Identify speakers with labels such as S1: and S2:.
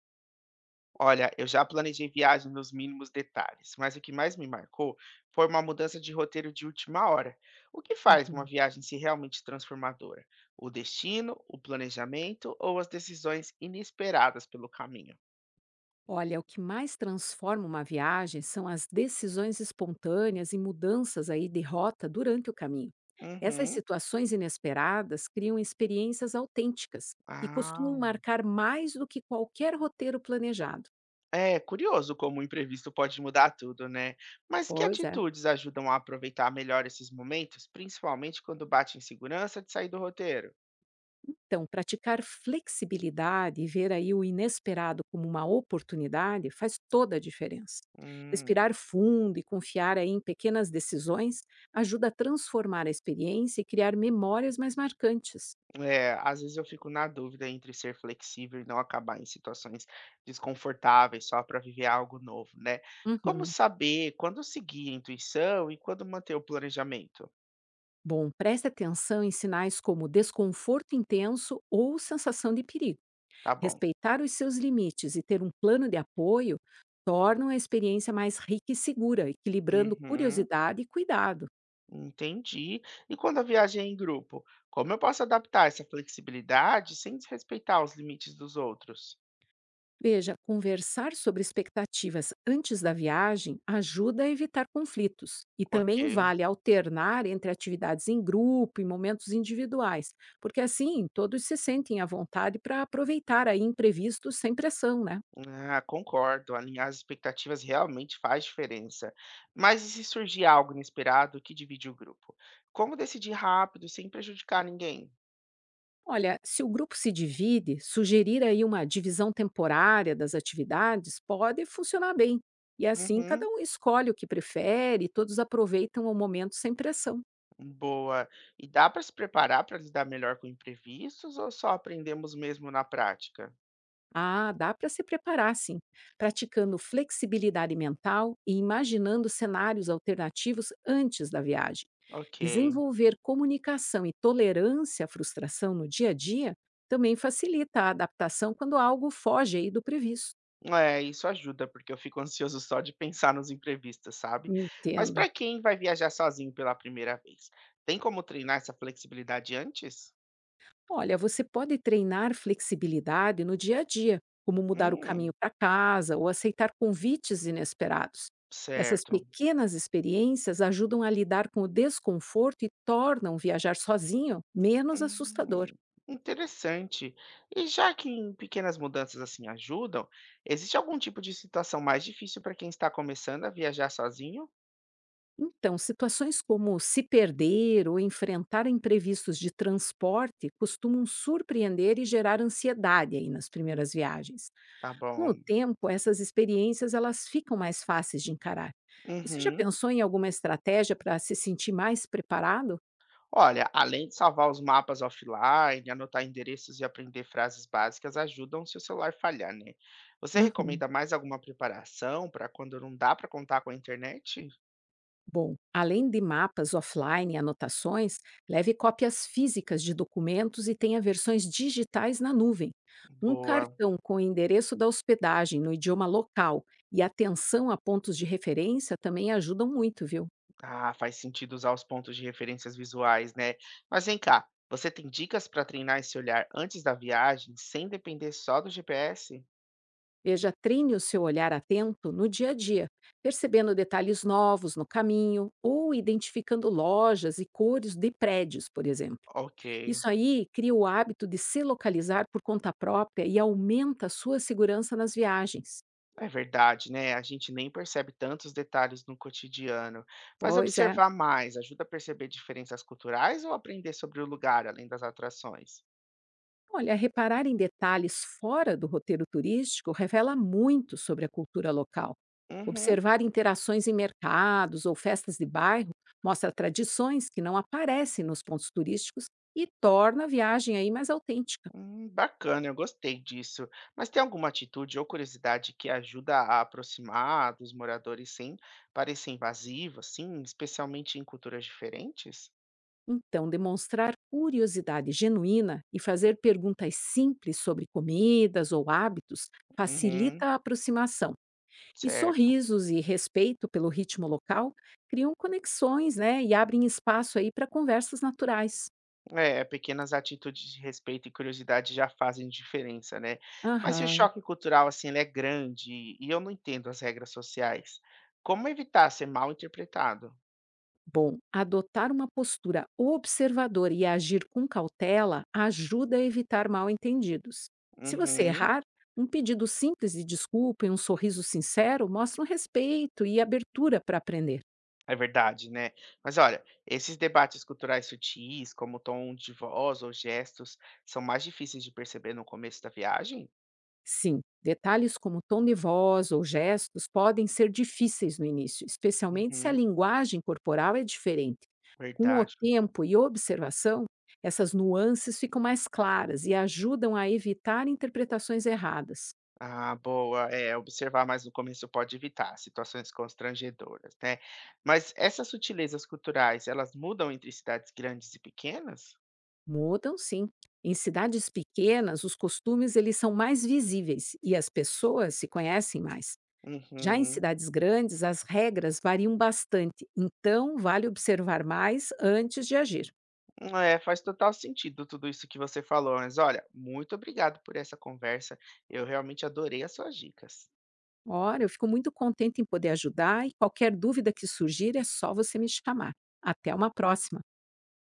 S1: Olha, eu já planejei viagem nos mínimos detalhes, mas o que mais me marcou foi uma mudança de roteiro de última hora. O que faz uma
S2: Uhum.
S1: viagem ser realmente transformadora? O destino, o planejamento ou as decisões inesperadas pelo caminho?
S2: Olha, o que mais transforma uma viagem são as decisões espontâneas e mudanças aí de rota durante o caminho. Essas
S1: Uhum.
S2: situações inesperadas criam experiências autênticas e costumam
S1: Ah.
S2: marcar mais do que qualquer roteiro planejado,
S1: É curioso como o imprevisto pode mudar tudo, né? Mas que
S2: pois é.
S1: atitudes ajudam a aproveitar melhor esses momentos, principalmente quando bate a insegurança de sair do roteiro?
S2: Então, praticar flexibilidade e ver aí o inesperado como uma oportunidade faz toda a diferença.
S1: Hum.
S2: Respirar fundo e confiar aí em pequenas decisões ajuda a transformar a experiência e criar memórias mais marcantes.
S1: É, às vezes eu fico na dúvida entre ser flexível e não acabar em situações desconfortáveis só para viver algo novo, né? Como
S2: Uhum.
S1: saber quando seguir a intuição e quando manter o planejamento?
S2: Bom, preste atenção em sinais como desconforto intenso ou sensação de perigo.
S1: Tá bom.
S2: Respeitar os seus limites e ter um plano de apoio tornam a experiência mais rica e segura, equilibrando
S1: Uhum,
S2: curiosidade e cuidado.
S1: entendi. E quando a viagem é em grupo, como eu posso adaptar essa flexibilidade sem desrespeitar os limites dos outros?
S2: Veja, conversar sobre expectativas antes da viagem ajuda a evitar conflitos. E também
S1: Ok.
S2: vale alternar entre atividades em grupo e momentos individuais, porque assim todos se sentem à vontade para aproveitar aí imprevistos sem pressão, né?
S1: Ah, concordo. Alinhar as expectativas realmente faz diferença. Mas e se surgir algo inesperado que divide o grupo? Como decidir rápido, sem prejudicar ninguém?
S2: Olha, se o grupo se divide, sugerir aí uma divisão temporária das atividades pode funcionar bem. E assim cada
S1: Uhum,
S2: um escolhe o que prefere e todos aproveitam o momento sem pressão.
S1: boa. E dá para se preparar para lidar melhor com imprevistos ou só aprendemos mesmo na prática?
S2: Ah, dá para se preparar sim, praticando flexibilidade mental e imaginando cenários alternativos antes da viagem.
S1: Ok.
S2: Desenvolver comunicação e tolerância à frustração no dia a dia também facilita a adaptação quando algo foge aí do previsto.
S1: É, isso ajuda, porque eu fico ansioso só de pensar nos imprevistos, sabe? Mas
S2: Entendo.
S1: para quem vai viajar sozinho pela primeira vez, tem como treinar essa flexibilidade antes?
S2: Olha, você pode treinar flexibilidade no dia a dia, como mudar o caminho
S1: Hum,
S2: para casa ou aceitar convites inesperados. Essas
S1: certo.
S2: pequenas experiências ajudam a lidar com o desconforto e tornam viajar sozinho menos assustador.
S1: Hum, interessante. E já que em pequenas mudanças assim ajudam, existe algum tipo de situação mais difícil para quem está começando a viajar sozinho?
S2: Então, situações como se perder ou enfrentar imprevistos de transporte costumam surpreender e gerar ansiedade aí nas primeiras viagens.
S1: Tá
S2: Com o
S1: bom.
S2: tempo, essas experiências elas ficam mais fáceis de encarar. Você já
S1: Uhum.
S2: pensou em alguma estratégia para se sentir mais preparado?
S1: Olha, além de salvar os mapas offline, anotar endereços e aprender frases básicas ajudam se o celular falhar, né? Você
S2: Uhum.
S1: recomenda mais alguma preparação para quando não dá para contar com a internet?
S2: Bom, além de mapas offline e anotações, leve cópias físicas de documentos e tenha versões digitais na nuvem. Um
S1: Boa.
S2: cartão com o endereço da hospedagem no idioma local e atenção a pontos de referência também ajudam muito, viu?
S1: Ah, faz sentido usar os pontos de referências visuais, né? Mas vem cá, você tem dicas para treinar esse olhar antes da viagem, sem depender só do GPS?
S2: Veja, treine o seu olhar atento no dia a dia, percebendo detalhes novos no caminho ou identificando lojas e cores de prédios, por exemplo.
S1: Ok,
S2: Isso aí cria o hábito de se localizar por conta própria e aumenta a sua segurança nas viagens.
S1: é verdade, né? A gente nem percebe tantos detalhes no cotidiano. Mas
S2: Pois é.
S1: observar mais ajuda a perceber diferenças culturais ou aprender sobre o lugar, além das atrações?
S2: Olha, reparar em detalhes fora do roteiro turístico revela muito sobre a cultura local.
S1: Uhum.
S2: Observar interações em mercados ou festas de bairro mostra tradições que não aparecem nos pontos turísticos e torna a viagem aí mais autêntica.
S1: Bacana, eu gostei disso. Mas tem alguma atitude ou curiosidade que ajuda a aproximar dos moradores sem parecer invasivo, assim, especialmente em culturas diferentes?
S2: Então, demonstrar curiosidade genuína e fazer perguntas simples sobre comidas ou hábitos
S1: Uhum,
S2: facilita a aproximação. E
S1: certo.
S2: sorrisos e respeito pelo ritmo local criam conexões, né, e abrem espaço aí para conversas naturais.
S1: É, pequenas atitudes de respeito e curiosidade já fazem diferença, né? Mas se o
S2: Aham.
S1: choque cultural, assim, ele é grande e eu não entendo as regras sociais, como evitar ser mal interpretado?
S2: Bom, adotar uma postura observadora e agir com cautela ajuda a evitar mal-entendidos. Se você
S1: Uhum.
S2: errar, um pedido simples de desculpa e um sorriso sincero mostram respeito e abertura para aprender.
S1: É verdade, né. Mas olha, esses debates culturais sutis, como tom de voz ou gestos, são mais difíceis de perceber no começo da viagem?
S2: Sim, detalhes como tom de voz ou gestos podem ser difíceis no início, especialmente se a
S1: Uhum,
S2: linguagem corporal é diferente. Com o
S1: verdade.
S2: tempo e observação, essas nuances ficam mais claras e ajudam a evitar interpretações erradas.
S1: Ah, boa. É, observar mais no começo pode evitar situações constrangedoras, né. Mas essas sutilezas culturais, elas mudam entre cidades grandes e pequenas?
S2: Mudam, sim. Em cidades pequenas, os costumes eles são mais visíveis e as pessoas se conhecem mais. Já em
S1: Uhum.
S2: cidades grandes, as regras variam bastante, então vale observar mais antes de agir.
S1: É, faz total sentido tudo isso que você falou, mas olha, muito obrigado por essa conversa. Eu realmente adorei as suas dicas.
S2: Ora, eu fico muito contente em poder ajudar e qualquer dúvida que surgir é só você me chamar. Até uma próxima!